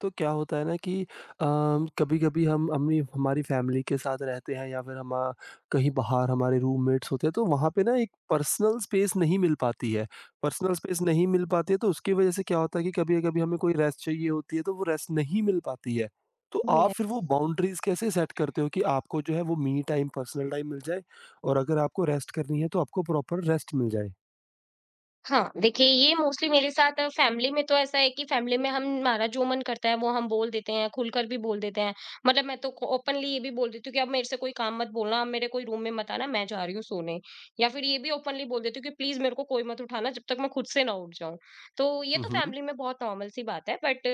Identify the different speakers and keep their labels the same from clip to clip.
Speaker 1: तो क्या होता है ना कि कभी कभी हम अपनी हमारी फैमिली के साथ रहते हैं या फिर कहीं बाहर हमारे रूममेट्स होते हैं तो वहाँ पे ना एक पर्सनल स्पेस नहीं मिल पाती है। पर्सनल स्पेस नहीं मिल पाती है तो उसकी वजह से क्या होता है कि कभी कभी हमें कोई रेस्ट चाहिए होती है तो वो रेस्ट नहीं मिल पाती है। तो
Speaker 2: ये
Speaker 1: आप
Speaker 2: है।
Speaker 1: फिर वो बाउंड्रीज कैसे सेट करते हो कि आपको जो है वो मी टाइम, पर्सनल टाइम मिल जाए और अगर आपको रेस्ट करनी है तो आपको प्रॉपर रेस्ट मिल जाए।
Speaker 2: हाँ, देखिए ये मोस्टली मेरे साथ फैमिली में तो ऐसा है कि फैमिली में हम हमारा जो मन करता है वो हम बोल देते हैं, खुलकर भी बोल देते हैं। मतलब मैं तो ओपनली ये भी बोल देती हूँ कि अब मेरे से कोई काम मत बोलना, अब मेरे कोई रूम में मत आना, मैं जा रही हूँ सोने। या फिर ये भी ओपनली बोल देती हूँ कि प्लीज़ मेरे को कोई मत उठाना जब तक मैं खुद से ना उठ जाऊँ। तो ये तो
Speaker 1: हम्म,
Speaker 2: फैमिली में बहुत नॉर्मल सी बात है but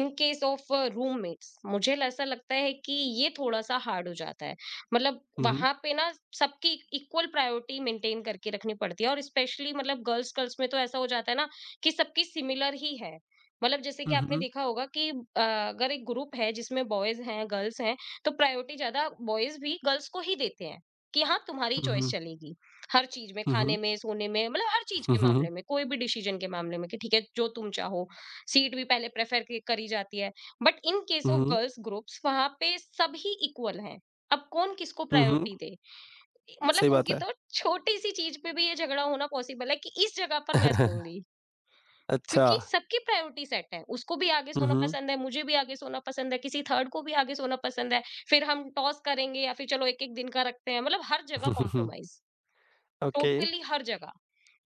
Speaker 2: in case of roommates मुझे ऐसा लगता है कि ये थोड़ा-सा हार्ड हो जाता है। मतलब
Speaker 1: हम्म,
Speaker 2: वहां पे ना सबकी इक्वल प्रायोरिटी मेंटेन करके रखनी पड़ती है और स्पेशली मतलब गर्ल्स गर्ल्स में तो ऐसा हो जाता है ना कि सबकी सिमिलर ही है। मतलब जैसे कि
Speaker 1: हम्म,
Speaker 2: आपने
Speaker 1: हम्म,
Speaker 2: देखा होगा कि अगर एक ग्रुप है जिसमें बॉयज हैं गर्ल्स हैं, तो प्रायोरिटी ज्यादा बॉयज भी गर्ल्स को ही देते हैं कि हाँ तुम्हारी चॉइस
Speaker 1: हम्म,
Speaker 2: चलेगी। हर चीज में,
Speaker 1: हम्म,
Speaker 2: खाने
Speaker 1: हम्म,
Speaker 2: में, सोने में, मतलब हर चीज के
Speaker 1: हम्म,
Speaker 2: मामले में, कोई भी डिसीजन के मामले में कि ठीक है जो तुम चाहो। सीट भी पहले प्रेफर करी जाती है। But in case of
Speaker 1: hmm,
Speaker 2: girls groups वहां पे सभी इक्वल हैं। अब कौन किसको
Speaker 1: हम्म,
Speaker 2: प्रायोरिटी दे?
Speaker 1: सही
Speaker 2: मतलब
Speaker 1: बात
Speaker 2: उनकी
Speaker 1: है।
Speaker 2: तो छोटी-सी चीज़ पे भी ये झगड़ा होना पॉसिबल है कि इस जगह पर मैं सोऊँगी,
Speaker 1: अच्छा।
Speaker 2: क्योंकि सबकी प्रायोरिटी सेट है। उसको भी आगे
Speaker 1: हुँ,
Speaker 2: सोना
Speaker 1: हुँ।
Speaker 2: पसंद है, मुझे भी आगे सोना पसंद है, किसी थर्ड को भी आगे सोना पसंद है। फिर हम टॉस करेंगे या फिर चलो 1-1 दिन का रखते हैं। मतलब हर जगह कॉम्प्रोमाइज़,
Speaker 1: ओके।
Speaker 2: टोटली हर जगह।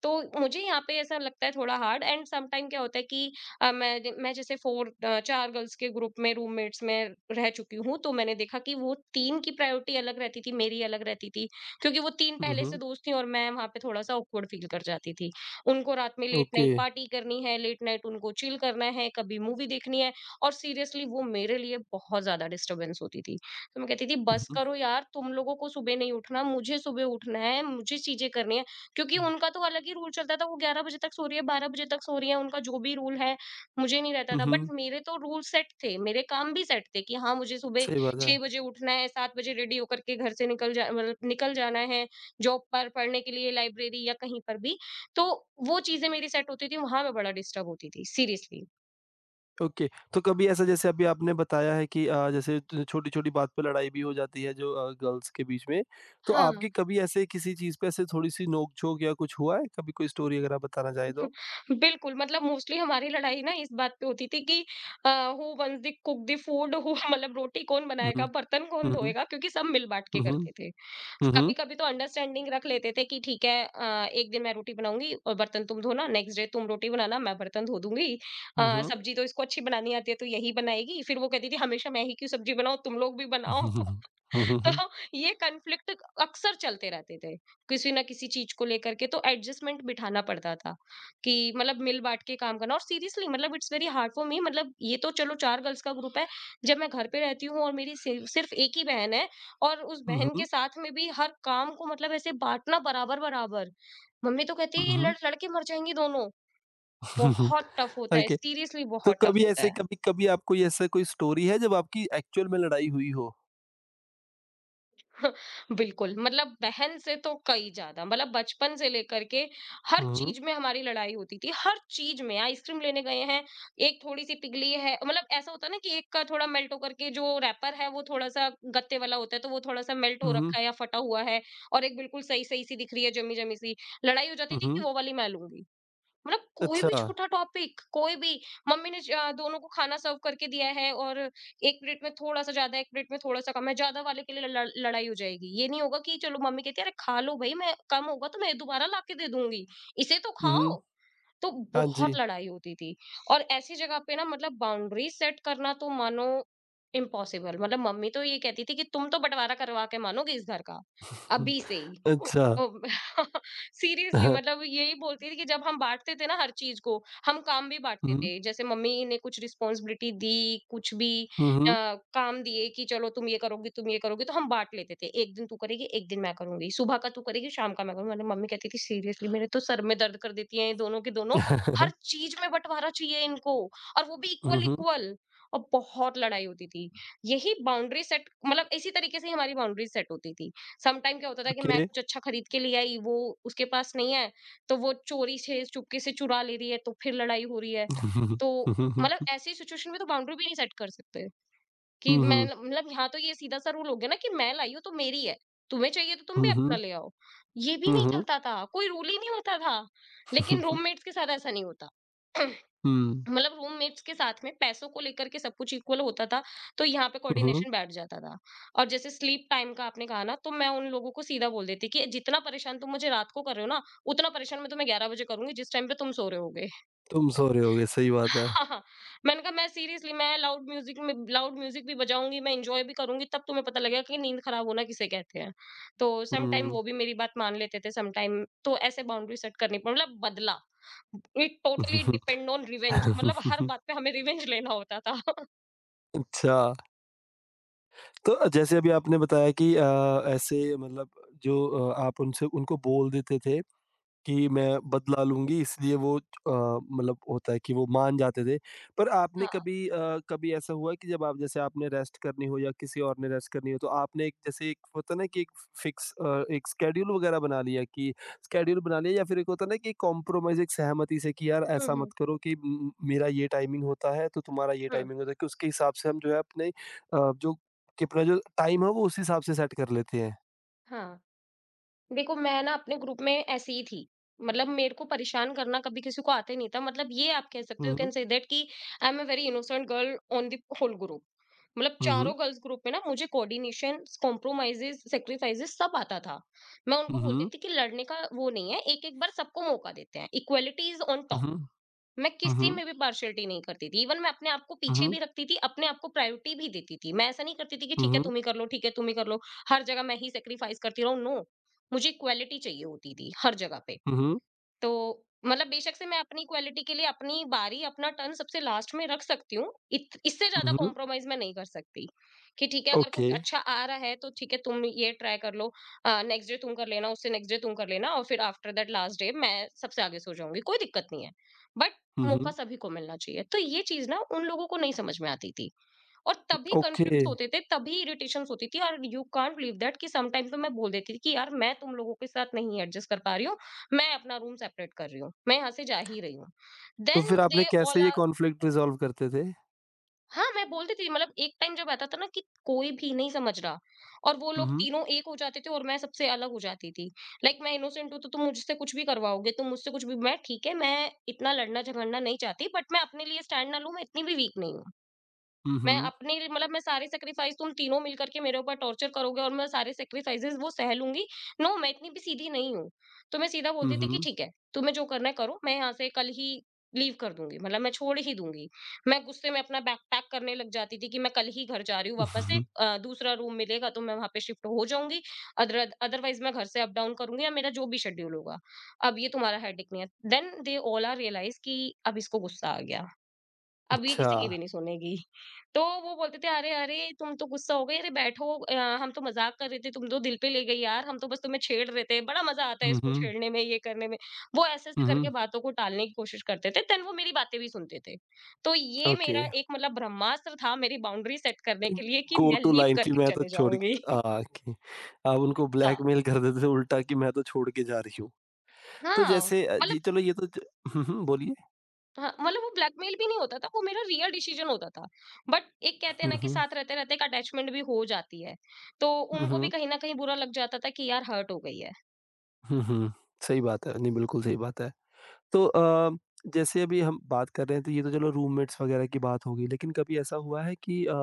Speaker 2: तो मुझे यहाँ पे ऐसा लगता है थोड़ा हार्ड एंड सम टाइम क्या होता है कि मैं जैसे फोर चार गर्ल्स के ग्रुप में रूममेट्स में रह चुकी हूँ, तो मैंने देखा कि वो तीन की प्रायोरिटी अलग रहती थी, मेरी अलग रहती थी। क्योंकि वो तीन
Speaker 1: हुँ,
Speaker 2: पहले से
Speaker 1: हुँ।
Speaker 2: दोस्त थी और मैं वहाँ पे थोड़ा सा ऑकवर्ड फील कर जाती थी। उनको रात में लेट
Speaker 1: ओके।
Speaker 2: नाइट पार्टी करनी है, लेट नाइट उनको चिल करना है, कभी मूवी देखनी है। और सीरियसली वो मेरे लिए बहुत ज्यादा डिस्टर्बेंस होती थी। तो मैं कहती थी
Speaker 1: हुँ,
Speaker 2: बस
Speaker 1: हुँ।
Speaker 2: करो यार, तुम लोगों को सुबह नहीं उठना, मुझे सुबह उठना है, मुझे चीजें करनी है। क्योंकि उनका तो अलग ही रूल चलता था, वो 11 बजे तक सो रही है, 12 बजे तक सो रही है, उनका जो भी रूल है, मुझे नहीं रहता
Speaker 1: हुँ,
Speaker 2: था। बट
Speaker 1: हुँ।
Speaker 2: मेरे तो रूल सेट थे, मेरे काम भी सेट थे कि हाँ, मुझे सुबह
Speaker 1: सही बात है।
Speaker 2: 6 बजे उठना है, 7 बजे रेडी होकर के घर से निकल जा मतलब निकल जाना है, जॉब पर, पढ़ने के लिए लाइब्रेरी या कहीं पर भी। तो वो चीज़ें मेरी सेट होती थी, वहाँ मैं बड़ा डिस्टर्ब होती थी, सीरियसली।
Speaker 1: ओके, तो कभी ऐसा, जैसे अभी आपने बताया है कि जैसे त छोटी-छोटी बात पे लड़ाई भी हो जाती है जो गर्ल्स के बीच में, तो
Speaker 2: हाँ।
Speaker 1: आपकी कभी ऐसे किसी चीज़ पे ऐसे थोड़ी-सी नोक-झोंक या कुछ हुआ है? कभी कोई स्टोरी अगर आप बताना चाहें तो?
Speaker 2: बिल्कुल, मतलब मोस्टली हमारी लड़ाई ना इस बात पे होती थी कि अ, who once the cook the food who. मतलब रोटी कौन
Speaker 1: हुँ, हुँ।
Speaker 2: बनाएगा, बर्तन कौन
Speaker 1: हुँ,
Speaker 2: धोएगा, क्योंकि सब मिल-बाँट के
Speaker 1: हुँ।
Speaker 2: करते
Speaker 1: हुँ,
Speaker 2: थे।
Speaker 1: हुँ।
Speaker 2: कभी-कभी तो अंडरस्टैंडिंग रख लेते थे कि ठीक है एक दिन मैं रोटी बनाऊँगी और बर्तन तुम धोना, नेक्स्ट डे तुम रोटी बनाना, मैं बर्तन धो दूँगी।
Speaker 1: हुँ, हुँ।
Speaker 2: सब्जी तो इसको अच्छी बनानी आती है तो यही बनाएगी। फिर वो कहती थी हमेशा मैं ही क्यों सब्जी बनाऊँ, तुम लोग भी बनाओ।
Speaker 1: हुँ, हुँ। हुँ,
Speaker 2: तो
Speaker 1: हुँ।
Speaker 2: ये कॉन्फ्लिक्ट अक्सर चलते रहते थे, किसी ना किसी चीज़ को लेकर के तो एडजस्टमेंट बिठाना पड़ता था, कि मतलब मिल बाँट के काम करना। और सीरियसली मतलब it's very hard for me. मतलब ये तो चलो 4 गर्ल्स का ग्रुप है, जब मैं घर पे रहती हूँ और मेरी सिर्फ सिर्फ 1 ही बहन है, और उस
Speaker 1: हुँ, हुँ। हुँ,
Speaker 2: बहन
Speaker 1: हुँ।
Speaker 2: के साथ में भी हर काम को मतलब ऐसे बाँटना बराबर-बराबर। मम्मी तो कहती है,
Speaker 1: हुँ,
Speaker 2: "ये
Speaker 1: हुँ।
Speaker 2: लड़ लड़ के मर जाएँगी दोनों।"
Speaker 1: हुँ, हुँ।
Speaker 2: बहुत टफ होता है,
Speaker 1: ओके।
Speaker 2: सीरियसली
Speaker 1: तो
Speaker 2: बहुत टफ
Speaker 1: कभी
Speaker 2: होता
Speaker 1: ऐसे,
Speaker 2: है।
Speaker 1: कभी कभी आपको ये ऐसा कोई स्टोरी है जब आपकी एक्चुअल में लड़ाई हुई हो?
Speaker 2: बिल्कुल, मतलब बहन से तो कई ज्यादा, मतलब बचपन से लेकर के हर
Speaker 1: हुँ, हुँ,
Speaker 2: चीज में हमारी लड़ाई होती थी। हर चीज में, आइसक्रीम लेने गए हैं, एक थोड़ी सी पिघली है, मतलब ऐसा होता है ना कि एक का थोड़ा मेल्ट होकर के, जो रैपर है वो थोड़ा सा गत्ते वाला होता है, तो वो थोड़ा सा मेल्ट हो
Speaker 1: हुँ,
Speaker 2: रखा है या फटा हुआ है, और एक बिल्कुल सही सही सी दिख रही है, जमी जमी सी। लड़ाई हो जाती
Speaker 1: हुँ,
Speaker 2: थी कि
Speaker 1: हुँ,
Speaker 2: वो वाली मैं लूंगी। मतलब कोई भी
Speaker 1: अच्छा,
Speaker 2: छोटा टॉपिक, कोई भी। मम्मी ने दोनों को खाना सर्व करके दिया है और एक प्लेट में थोड़ा सा ज्यादा, एक प्लेट में थोड़ा सा कम है, ज्यादा वाले के लिए लड़ाई हो जाएगी। ये नहीं होगा कि चलो मम्मी कहती है अरे खा लो भाई, मैं कम होगा तो मैं दोबारा ला के दे दूंगी, इसे तो
Speaker 1: हुँ, हुँ,
Speaker 2: खाओ। तो
Speaker 1: हाँ जी।
Speaker 2: बहुत लड़ाई होती थी। और ऐसी जगह पे ना मतलब बाउंड्री सेट करना तो मानो इम्पॉसिबल। मतलब मम्मी तो ये कहती थी कि तुम तो बंटवारा करवा के मानोगे इस घर का, अभी से ही।
Speaker 1: अच्छा,
Speaker 2: ओ सीरियसली।
Speaker 1: हुँ,
Speaker 2: मतलब यही बोलती थी कि जब हम बाँटते थे ना हर चीज़ को, हम काम भी बाँटते
Speaker 1: हुँ,
Speaker 2: थे। जैसे मम्मी ने कुछ रिस्पॉन्सिबिलिटी दी, कुछ भी
Speaker 1: हुँ,
Speaker 2: अ,
Speaker 1: हुँ,
Speaker 2: काम दिए कि चलो तुम ये करोगी, तो हम बाँट लेते थे। एक दिन तू करेगी, एक दिन मैं करूँगी। सुबह का तू करेगी, शाम का मैं करूँगी। मतलब मम्मी कहती थी सीरियसली मेरे तो सर में दर्द कर देती है ये दोनों के दोनों। हर
Speaker 1: हुँ,
Speaker 2: चीज़ में बँटवारा चाहिए इनको, और वो भी इक्वल-इक्वल, और बहुत लड़ाई होती थी। यही बाउंड्री सेट, मतलब इसी तरीके से ही हमारी बाउंड्री सेट होती थी। समटाइम क्या होता था कि मैं
Speaker 1: ओके।
Speaker 2: कुछ अच्छा खरीद के ले आई, वो उसके पास नहीं है, तो वो चोरी से चुपके से चुरा ले रही है, तो फिर लड़ाई हो रही है।
Speaker 1: हुँ,
Speaker 2: तो
Speaker 1: हुँ, हुँ,
Speaker 2: मतलब
Speaker 1: हुँ,
Speaker 2: ऐसी सिचुएशन में तो बाउंड्री भी नहीं सेट कर सकते कि मैं,
Speaker 1: हुँ,
Speaker 2: मतलब यहाँ तो ये सीधा-सा रूल हो गया ना कि मैं लाई हूँ तो मेरी है, तुम्हें चाहिए तो तुम भी
Speaker 1: हुँ,
Speaker 2: अपना
Speaker 1: हुँ,
Speaker 2: ले आओ। ये भी नहीं
Speaker 1: हुँ,
Speaker 2: चलता था, कोई रूल ही नहीं होता था, लेकिन रूममेट्स के साथ ऐसा नहीं होता।
Speaker 1: हुँ, हुँ,
Speaker 2: मतलब रूममेट्स के साथ में पैसों को लेकर के सब कुछ इक्वल होता था, तो यहाँ पे
Speaker 1: हुँ,
Speaker 2: कोऑर्डिनेशन बैठ जाता था। और जैसे स्लीप टाइम का आपने कहा ना, तो मैं उन लोगों को सीधा बोल देती कि जितना परेशान तुम मुझे रात को कर रहे हो ना, उतना परेशान मैं तुम्हें 11 बजे करूंगी जिस टाइम पे तुम सो रहे होगे।
Speaker 1: तुम सो रहे होगे, सही बात है।
Speaker 2: हाँ। मैंने कहा मैं सीरियसली मैं लाउड म्यूजिक में, लाउड म्यूजिक भी बजाऊंगी, मैं इंजॉय भी करूंगी, तब तुम्हें पता लगेगा कि नींद खराब होना किसे कहते हैं। तो समटाइम
Speaker 1: हुँ।
Speaker 2: वो भी मेरी बात मान लेते थे, समटाइम तो ऐसे बाउंड्री सेट करनी पड़ी, मतलब बदला। It totally depend on revenge, मतलब हर बात पे हमें रिवेंज लेना होता था।
Speaker 1: अच्छा, तो जैसे अभी आपने बताया कि ऐसे मतलब जो आप उनसे उनको बोल देते थे कि मैं बदला लूँगी, इसलिए वो मतलब होता है कि वो मान जाते थे। पर आपने
Speaker 2: हाँ।
Speaker 1: कभी कभी ऐसा हुआ कि जब आप, जैसे आपने रेस्ट करनी हो या किसी और ने रेस्ट करनी हो, तो आपने एक, जैसे एक होता है ना कि एक फिक्स एक शेड्यूल वग़ैरह बना लिया कि शेड्यूल बना लिया, या फिर एक होता है ना कि कॉम्प्रोमाइज़ एक सहमति से कि यार
Speaker 2: हुँ,
Speaker 1: ऐसा
Speaker 2: हुँ,
Speaker 1: मत करो कि म मेरा ये टाइमिंग होता है तो तुम्हारा ये
Speaker 2: हुँ,
Speaker 1: टाइमिंग होता है, कि उसके हिसाब से हम जो है अपने जो कि अपना जो टाइम है वो उस हिसाब से सेट कर लेते हैं।
Speaker 2: हाँ। देखो मैं ना अपने ग्रुप में ऐसी ही थी। मतलब मेरे को परेशान करना कभी किसी को आते नहीं था। मतलब ये आप कह सकते हो, you
Speaker 1: hmm,
Speaker 2: can
Speaker 1: hmm.
Speaker 2: Say that कि I am a very innocent girl on the whole group. मतलब
Speaker 1: हुँ, हुँ।
Speaker 2: चारों गर्ल्स ग्रुप में ना मुझे कोऑर्डिनेशंस, कॉम्प्रोमाइज़ेज़, सैक्रिफ़ाइसेज़ सब आता था। मैं उनको
Speaker 1: हुँ,
Speaker 2: बोलती
Speaker 1: हुँ।
Speaker 2: थी कि लड़ने का वो नहीं है, एक-एक बार सबको मौका देते हैं, equality is on
Speaker 1: hmm,
Speaker 2: top.
Speaker 1: हुँ।
Speaker 2: मैं
Speaker 1: हुँ,
Speaker 2: किसी
Speaker 1: हुँ।
Speaker 2: में भी पार्शियलिटी नहीं करती थी। इवन मैं अपने आप को
Speaker 1: हुँ,
Speaker 2: पीछे
Speaker 1: हुँ।
Speaker 2: भी रखती थी, अपने आप को प्रायोरिटी भी देती थी, मैं ऐसा नहीं करती थी कि
Speaker 1: हुँ,
Speaker 2: ठीक है
Speaker 1: हुँ।
Speaker 2: तुम ही कर लो, ठीक है तुम ही कर लो, हर जगह मैं ही सेक्रीफाइस करती रहूं। नो, मुझे इक्वालिटी चाहिए होती थी हर जगह पे।
Speaker 1: हुँ,
Speaker 2: तो मतलब बेशक से मैं अपनी क्वालिटी के लिए अपनी बारी, अपना टर्न सबसे लास्ट में रख सकती हूँ। इत इससे
Speaker 1: हुँ,
Speaker 2: ज़्यादा
Speaker 1: हुँ।
Speaker 2: कॉम्प्रोमाइज़ मैं नहीं कर सकती, कि ठीक है अगर कुछ
Speaker 1: ओके।
Speaker 2: अच्छा आ रहा है तो ठीक है तुम ये ट्राई कर लो, नेक्स्ट डे तुम कर लेना, उससे नेक्स्ट डे तुम कर लेना, और फिर आफ्टर दैट लास्ट डे मैं सबसे आगे सो जाऊँगी, कोई दिक्कत नहीं है। बट
Speaker 1: हुँ,
Speaker 2: मौका
Speaker 1: हुँ।
Speaker 2: सभी को मिलना चाहिए। तो ये चीज़ ना उन लोगों को नहीं समझ में आती थी। और तभी
Speaker 1: ओके।
Speaker 2: कॉन्फ्लिक्ट्स होते थे, तभी इरिटेशंस होती थी, और यू कांट बिलीव दैट कि सम टाइम तो मैं बोल देती थी कि यार मैं तुम लोगों के साथ नहीं एडजस्ट कर पा रही हूँ, मैं अपना रूम सेपरेट कर रही हूँ, मैं यहाँ से जा ही रही हूँ।
Speaker 1: तो
Speaker 2: देन
Speaker 1: फिर आपने
Speaker 2: दे ऑल
Speaker 1: कैसे ये
Speaker 2: आर,
Speaker 1: कॉन्फ्लिक्ट रिज़ॉल्व करते थे?
Speaker 2: हाँ, मैं बोलती थी मतलब एक टाइम जब आता था ना कि कोई भी नहीं समझ रहा, और वो
Speaker 1: हुँ,
Speaker 2: लोग
Speaker 1: हुँ।
Speaker 2: तीनों एक हो जाते थे और मैं सबसे अलग हो जाती थी। लाइक मैं इनोसेंट हूँ तो तुम मुझसे कुछ भी करवाओगे, तुम मुझसे कुछ भी, मैं ठीक है, मैं इतना लड़ना झगड़ना नहीं चाहती बट मैं अपने लिए स्टैंड ना लूँ, मैं इतनी भी वीक नहीं हूँ।
Speaker 1: हुँ,
Speaker 2: मैं
Speaker 1: हुँ।
Speaker 2: अपने लिए मतलब मैं सारे सैक्रिफाइस तुम तीनों मिल करके मेरे ऊपर टॉर्चर करोगे और मैं सारे सैक्रिफाइसेस वो सह लूँगी। नो मैं इतनी भी सीधी नहीं हूँ। तो मैं सीधा
Speaker 1: हुँ,
Speaker 2: बोलती थी कि
Speaker 1: हुँ।
Speaker 2: ठीक है, तुम्हें जो करना है करो, मैं यहाँ से कल ही लीव कर दूँगी, मतलब मैं छोड़ ही दूँगी। मैं गुस्से में अपना बैग पैक करने लग जाती थी कि मैं कल ही घर जा रही हूँ वापस से दूसरा रूम मिलेगा तो मैं वहाँ पे शिफ्ट हो जाऊँगी। अदरवाइज़ मैं घर से अप डाउन करूँगी या मेरा जो भी शेड्यूल होगा। अब ये तुम्हारा हेडेक नहीं है। Then they all are realize कि अब इसको गुस्सा आ गया। अब ये
Speaker 1: अच्छा।
Speaker 2: किसी की भी नहीं सुनेगी। तो वो बोलते थे, "अरे! अरे! तुम तो गुस्सा हो गई। अरे बैठो हम तो मज़ाक कर रहे थे, तुम तो दिल पे ले गई यार, हम तो बस तुम्हें छेड़ रहे थे। बड़ा मज़ा आता है
Speaker 1: हुँ,
Speaker 2: इसको
Speaker 1: हुँ।
Speaker 2: छेड़ने में, ये करने में।" वो
Speaker 1: हुँ,
Speaker 2: ऐसे-ऐसे करके
Speaker 1: हुँ।
Speaker 2: बातों को टालने की कोशिश करते थे, देन वो मेरी बातें भी सुनते थे। तो ये
Speaker 1: ओके।
Speaker 2: मेरा एक मतलब ब्रह्मास्त्र था मेरी बाउंड्री सेट करने के लिए कि
Speaker 1: गो
Speaker 2: मैं
Speaker 1: टू
Speaker 2: लीव
Speaker 1: लाइन कि
Speaker 2: करके
Speaker 1: मैं तो
Speaker 2: चले
Speaker 1: छोड़
Speaker 2: जाऊँगी।
Speaker 1: के आ, कि आप उनको
Speaker 2: हाँ,
Speaker 1: ब्लैकमेल कर देते थे उल्टा कि मैं तो छोड़ के जा रही हूँ। तो
Speaker 2: हाँ,
Speaker 1: जैसे
Speaker 2: मतलब
Speaker 1: जी चलो ये तो ज हुँ, हुँ, बोलिए।
Speaker 2: हाँ, मतलब वो ब्लैकमेल भी नहीं होता था, वो मेरा रियल डिसीजन होता था। बट एक कहते हैं ना
Speaker 1: हुँ,
Speaker 2: कि
Speaker 1: हुँ।
Speaker 2: साथ रहते-रहते एक अटैचमेंट भी हो जाती है। तो
Speaker 1: हुँ,
Speaker 2: उनको भी
Speaker 1: हुँ।
Speaker 2: कहीं न कहीं बुरा लग जाता था कि यार हर्ट हो गई है।
Speaker 1: हुँ, हुँ। सही बात है। नहीं, बिल्कुल सही बात है। तो जैसे अभी हम बात कर रहे हैं तो ये तो चलो रूममेट्स वगैरह की बात होगी, लेकिन कभी ऐसा हुआ है कि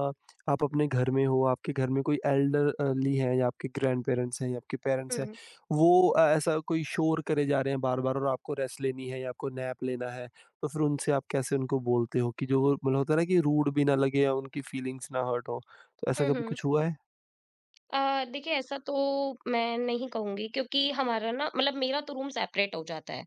Speaker 1: आप अपने घर में हो, आपके घर में कोई एल्डरली हैं या आपके ग्रैंड पेरेंट्स हैं या आपके
Speaker 2: हुँ,
Speaker 1: पेरेंट्स हैं,
Speaker 2: हुँ,
Speaker 1: वो ऐसा कोई शोर करे जा रहे हैं बार बार और आपको रेस्ट लेनी है या आपको नैप लेना है, तो फिर उनसे आप कैसे उनको बोलते हो कि जो वो मतलब होता है ना कि रूड भी ना लगे या उनकी फीलिंग्स ना हर्ट हो, तो ऐसा
Speaker 2: हुँ,
Speaker 1: कभी
Speaker 2: हुँ।
Speaker 1: कुछ हुआ है?
Speaker 2: देखिए ऐसा तो मैं नहीं कहूँगी क्योंकि हमारा ना मतलब मेरा तो रूम सेपरेट हो जाता है।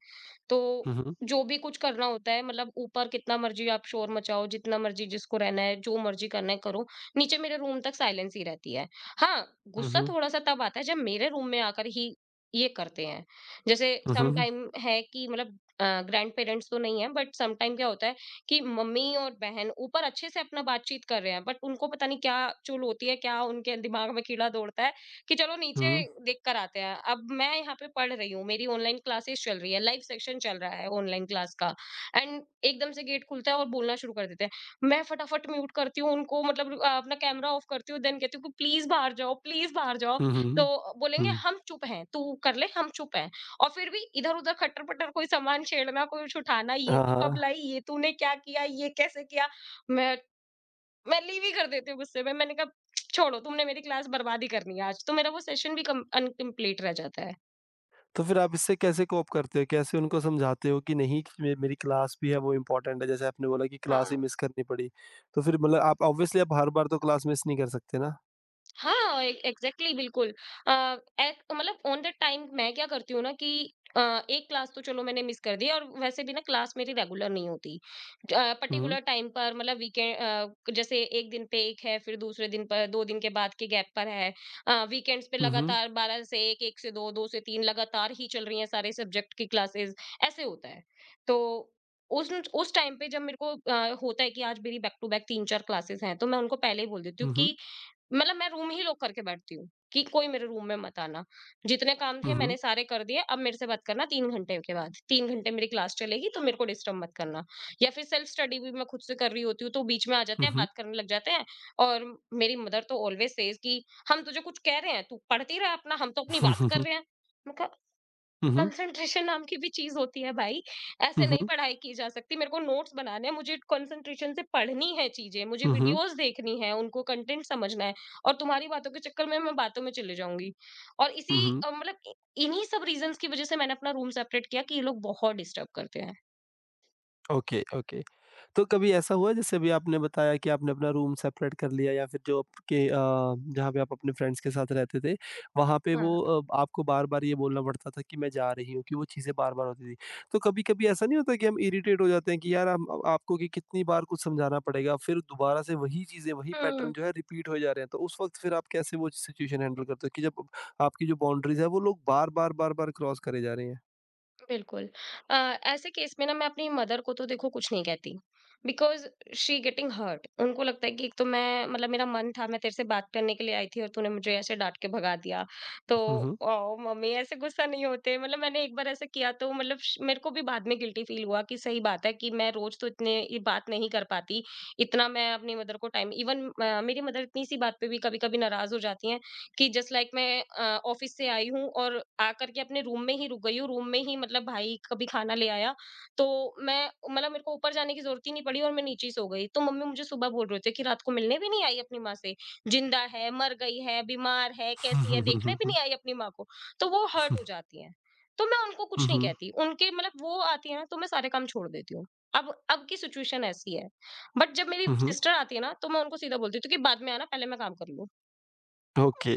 Speaker 2: तो
Speaker 1: हुँ, हुँ।
Speaker 2: जो भी कुछ करना होता है मतलब ऊपर कितना मर्ज़ी आप शोर मचाओ, जितना मर्ज़ी जिसको रहना है, जो मर्ज़ी करना है करो, नीचे मेरे रूम तक साइलेंस ही रहती है। हाँ,
Speaker 1: हुँ,
Speaker 2: गुस्सा
Speaker 1: हुँ।
Speaker 2: थोड़ा-सा तब आता है जब मेरे रूम में आकर ही ये करते हैं। जैसे
Speaker 1: हुँ,
Speaker 2: सम
Speaker 1: हुँ।
Speaker 2: टाइम है कि मतलब ग्रैंड पेरेंट्स तो नहीं है बट सम टाइम क्या होता है कि मम्मी और बहन ऊपर अच्छे से अपना बातचीत कर रहे हैं बट उनको पता नहीं क्या चुल होती है, क्या उनके दिमाग में कीड़ा दौड़ता है कि चलो नीचे
Speaker 1: हुँ,
Speaker 2: देख कर आते हैं। अब मैं यहाँ पे पढ़ रही हूँ, मेरी ऑनलाइन क्लासेस चल रही है, लाइव सेक्शन चल रहा है ऑनलाइन क्लास का एंड एकदम से गेट खुलता है और बोलना शुरू कर देते हैं। मैं फटाफट म्यूट करती हूँ उनको, मतलब अपना कैमरा ऑफ करती हूँ, देन कहती हूँ कि प्लीज बाहर जाओ, प्लीज बाहर जाओ।
Speaker 1: हुँ,
Speaker 2: तो
Speaker 1: हुँ,
Speaker 2: बोलेंगे
Speaker 1: हुँ।
Speaker 2: हम चुप हैं, तू कर ले, हम चुप हैं। और फिर भी इधर-उधर खट्टर-पट्टर, कोई सामान छेड़ना, कुछ उठाना, ये
Speaker 1: हाँ,
Speaker 2: तू कब लाई,
Speaker 1: हाँ।
Speaker 2: ये तूने क्या किया, ये कैसे किया? मैं मैं लीव ही कर देती हूँ गुस्से में। मैंने कहा छोड़ो, तुमने मेरी क्लास बर्बाद ही करनी है आज, तो मेरा वो सेशन भी कम अनकंप्लीट रह जाता है।
Speaker 1: तो फिर आप इससे कैसे कोप करते हो? कैसे उनको समझाते हो कि नहीं कि मे मेरी क्लास भी है, वो इम्पोर्टेंट है? जैसे आपने बोला कि क्लास
Speaker 2: हाँ।
Speaker 1: ही मिस करनी पड़ी। तो फिर मतलब आप ऑब्वियसली आप हर बार तो क्लास मिस नहीं कर सकते ना?
Speaker 2: हाँ, ए एग्ज़ैक्टली बिल्कुल। अ, एक मतलब ऑन द टाइम मैं क्या करती हूँ ना कि एक क्लास तो चलो मैंने मिस कर दी और वैसे भी ना क्लास मेरी रेगुलर नहीं होती।
Speaker 1: हुँ,
Speaker 2: पर्टिकुलर टाइम पर मतलब वीकेंड जैसे 1 दिन पे 1 है, फिर दूसरे दिन पर 2 दिन के बाद के गैप पर है। वीकेंड्स पे
Speaker 1: हुँ, हुँ,
Speaker 2: लगातार 12 से 1, 1 से 2, 2 से 3 लगातार ही चल रही हैं सारे सब्जेक्ट की क्लासेस, ऐसे होता है। तो उस टाइम पे जब मेरे को होता है कि आज मेरी बैक टू बैक 3-4 क्लासेस हैं, तो मैं उनको पहले ही बोल देती हूँ
Speaker 1: हुँ, हुँ,
Speaker 2: कि मतलब मैं रूम ही लॉक करके बैठती हूँ कि कोई मेरे रूम में मत आना। जितने काम थे
Speaker 1: हुँ, हुँ,
Speaker 2: मैंने सारे कर दिए, अब मेरे से मत करना 3 घंटे के बाद। 3 घंटे मेरी क्लास चलेगी तो मेरे को डिस्टर्ब मत करना। या फिर सेल्फ स्टडी भी मैं खुद से कर रही होती हूँ तो बीच में आ जाते
Speaker 1: हुँ,
Speaker 2: हैं,
Speaker 1: हुँ,
Speaker 2: बात करने लग जाते हैं। और मेरी मदर तो ऑलवेज सेज कि हम तुझे कुछ कह रहे हैं, तू पढ़ती रह अपना, हम तो अपनी बात कर
Speaker 1: हुँ,
Speaker 2: रहे हैं। मैं कहा
Speaker 1: हुँ, हुँ, हुँ, हुँ, हुँ,
Speaker 2: कंसंट्रेशन नाम की भी चीज़ होती है भाई। ऐसे नहीं
Speaker 1: हुँ,
Speaker 2: पढ़ाई की जा सकती। मेरे को नोट्स बनाने हैं, मुझे कंसंट्रेशन से पढ़नी है चीज़ें, मुझे
Speaker 1: हुँ,
Speaker 2: वीडियोज़ देखनी है, उनको कंटेंट समझना है और तुम्हारी बातों के चक्कर में मैं बातों में चली जाऊँगी। और
Speaker 1: हुँ, हुँ,
Speaker 2: मतलब इ इन्हीं सब रीज़न्स की वज़ह से मैंने अपना रूम सेपरेट किया कि ये लोग बहुत डिस्टर्ब करते हैं।
Speaker 1: Okay, okay. तो कभी ऐसा हुआ, जैसे अभी आपने बताया कि आपने अपना रूम सेपरेट कर लिया, या फिर जो आपके जहाँ पे आप अपने फ्रेंड्स के साथ रहते थे, वहाँ पे वो
Speaker 2: हाँ।
Speaker 1: आपको बार-बार ये बोलना पड़ता था कि मैं जा रही हूँ, कि वो चीज़ें बार-बार होती थी। तो कभी-कभी ऐसा नहीं होता कि हम इरिटेट हो जाते हैं कि यार आपको कि कितनी बार कुछ समझाना पड़ेगा, फिर दोबारा से वही चीज़ें, वही पैटर्न
Speaker 2: हुँ।
Speaker 1: जो है रिपीट होए जा रहे हैं। तो उस वक़्त फिर आप कैसे वो सिचुएशन हैंडल करते हो कि जब आपकी जो बाउंड्रीज़ है वो लोग बार-बार, बार-बार क्रॉस करे जा रहे हैं?
Speaker 2: बिल्कुल। अ, ऐसे केस में ना मैं अपनी मदर को तो देखो कुछ नहीं कहती बिकॉज़ शी गेटिंग हर्ट। उनको लगता है कि एक तो मैं मतलब मेरा मन था, मैं तेरे से बात करने के लिए आई थी और तूने मुझे ऐसे डाँट के भगा दिया। तो
Speaker 1: हुँ, हुँ।
Speaker 2: मम्मी ऐसे गुस्सा नहीं होते, मतलब मैंने एक बार ऐसा किया तो मतलब श मेरे को भी बाद में गिल्टी फ़ील हुआ कि सही बात है कि मैं रोज़ तो इतने ये बात नहीं कर पाती। इतना मैं अपनी मदर को टाइम इवन मेरी मदर इतनी-सी बात पे भी कभी-कभी नाराज़ हो जाती हैं। कि जस्ट लाइक मैं अ, ऑफिस से आई हूँ और आकर के अपने रूम में ही रुक गई हूँ, रूम में ही मतलब भाई कभी खाना ले आया तो मैं मतलब मेरे को ऊपर जाने की जरूरत ही नहीं पड़ी और मैं नीचे ही सो गई, तो मम्मी मुझे सुबह बोल रहे थे कि रात को मिलने भी नहीं आई अपनी माँ से, जिंदा है, मर गई है, बीमार है,
Speaker 1: हुँ,
Speaker 2: कैसी है,
Speaker 1: हुँ, हुँ,
Speaker 2: देखने
Speaker 1: हुँ,
Speaker 2: भी
Speaker 1: हुँ।
Speaker 2: नहीं आई अपनी माँ को। तो वो हर्ट हो जाती है, तो मैं उनको
Speaker 1: हुँ,
Speaker 2: कुछ नहीं
Speaker 1: हुँ।
Speaker 2: कहती, उनके मतलब वो आती है ना तो मैं सारे काम छोड़ देती हूँ। अब की सिचुएशन ऐसी है। बट जब मेरी
Speaker 1: हुँ, हुँ।
Speaker 2: सिस्टर आती है ना तो मैं उनको सीधा बोलती हूँ कि बाद में आना, पहले मैं काम कर लूँ।
Speaker 1: ओके।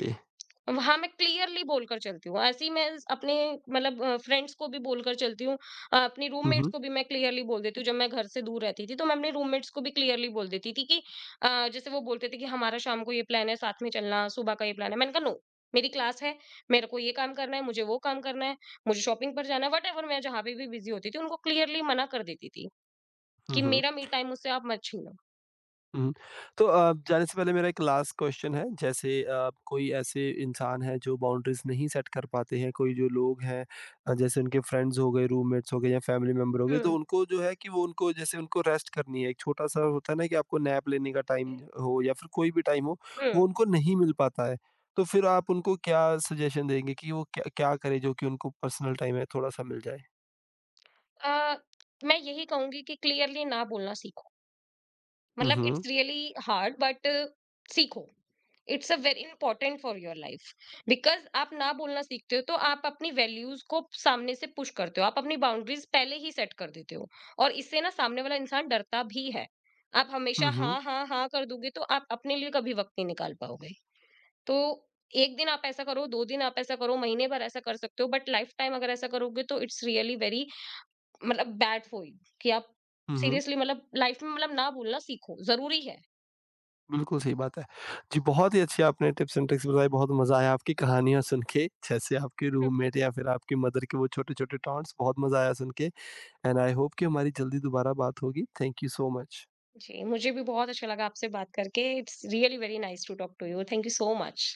Speaker 2: हाँ, मैं क्लियरली बोलकर चलती हूँ। ऐसे ही मैं अपने मतलब फ्रेंड्स को भी बोलकर चलती हूँ। अपनी
Speaker 1: हुँ,
Speaker 2: रूममेट्स
Speaker 1: हुँ।
Speaker 2: को भी मैं क्लियरली बोल देती हूँ। जब मैं घर से दूर रहती थी, तो मैं अपने रूममेट्स को भी क्लियरली बोल देती थी कि जैसे वो बोलते थे कि हमारा शाम को ये प्लान है, साथ में चलना, सुबह का ये प्लान है। मैंने कहा नो, मेरी क्लास है, मेरे को ये काम करना है, मुझे वो काम करना है, मुझे शॉपिंग पर जाना है, वटेवर मैं जहाँ पे भी बिज़ी होती थी, उनको क्लियरली मना कर देती थी
Speaker 1: हुँ,
Speaker 2: कि
Speaker 1: हुँ,
Speaker 2: मेरा मी टाइम मुझसे आप मत छीनो।
Speaker 1: हुँ। तो जाने से पहले मेरा एक लास्ट क्वेश्चन है, जैसे कोई ऐसे इंसान है जो बाउंड्रीज़ नहीं सेट कर पाते हैं, कोई जो लोग हैं जैसे उनके फ्रेंड्स हो गए, रूममेट्स हो गए या फैमिली मेंबर हो गए, तो
Speaker 2: हुँ।
Speaker 1: उनको जो है कि वो, उनको जैसे उनको रेस्ट करनी है, एक छोटा-सा होता है ना कि आपको नैप लेने का टाइम हो या फिर कोई भी टाइम हो,
Speaker 2: हुँ।
Speaker 1: वो उनको नहीं मिल पाता है। तो फिर आप उनको क्या सजेशन देंगे कि वो क्या क्या करें जो कि उनको पर्सनल टाइम है थोड़ा-सा मिल जाए?
Speaker 2: अ, मैं यही कहूँगी कि क्लियरली ना बोलना सीखो।
Speaker 1: हुँ,
Speaker 2: मतलब it's
Speaker 1: hmm.
Speaker 2: Really hard, but सीखो, it's a very important for your life, because आप ना बोलना सीखते हो तो आप अपनी वैल्यूज को सामने से पुश करते हो, आप अपनी बाउंड्रीज पहले ही सेट कर देते हो और इससे ना सामने वाला इंसान डरता भी है। आप हमेशा
Speaker 1: हुँ, हुँ।
Speaker 2: हाँ हाँ हाँ कर दोगे तो आप अपने लिए कभी वक्त नहीं निकाल पाओगे। तो एक दिन आप ऐसा करो, दो दिन आप ऐसा करो, महीने भर ऐसा कर सकते हो, बट लाइफ टाइम अगर ऐसा करोगे तो इट्स रियली वेरी मतलब बैड फॉर यू, कि आप
Speaker 1: हुँ, हुँ।
Speaker 2: सीरियसली मतलब लाइफ में मतलब ना बोलना सीखो जरूरी है।
Speaker 1: बिल्कुल सही बात है। जी, बहुत ही अच्छी आपने टिप्स एंड ट्रिक्स बताई, बहुत मज़ा आया आपकी कहानियाँ सुन के, जैसे आपके रूममेट या फिर आपकी मदर के वो छोटे-छोटे टॉन्ट्स, बहुत मज़ा आया सुन के। एंड आई होप कि हमारी जल्दी दोबारा बात होगी। Thank you so much.
Speaker 2: जी, मुझे भी बहुत अच्छा लगा आपसे बात करके। It's really very nice to talk to you. Thank you so much.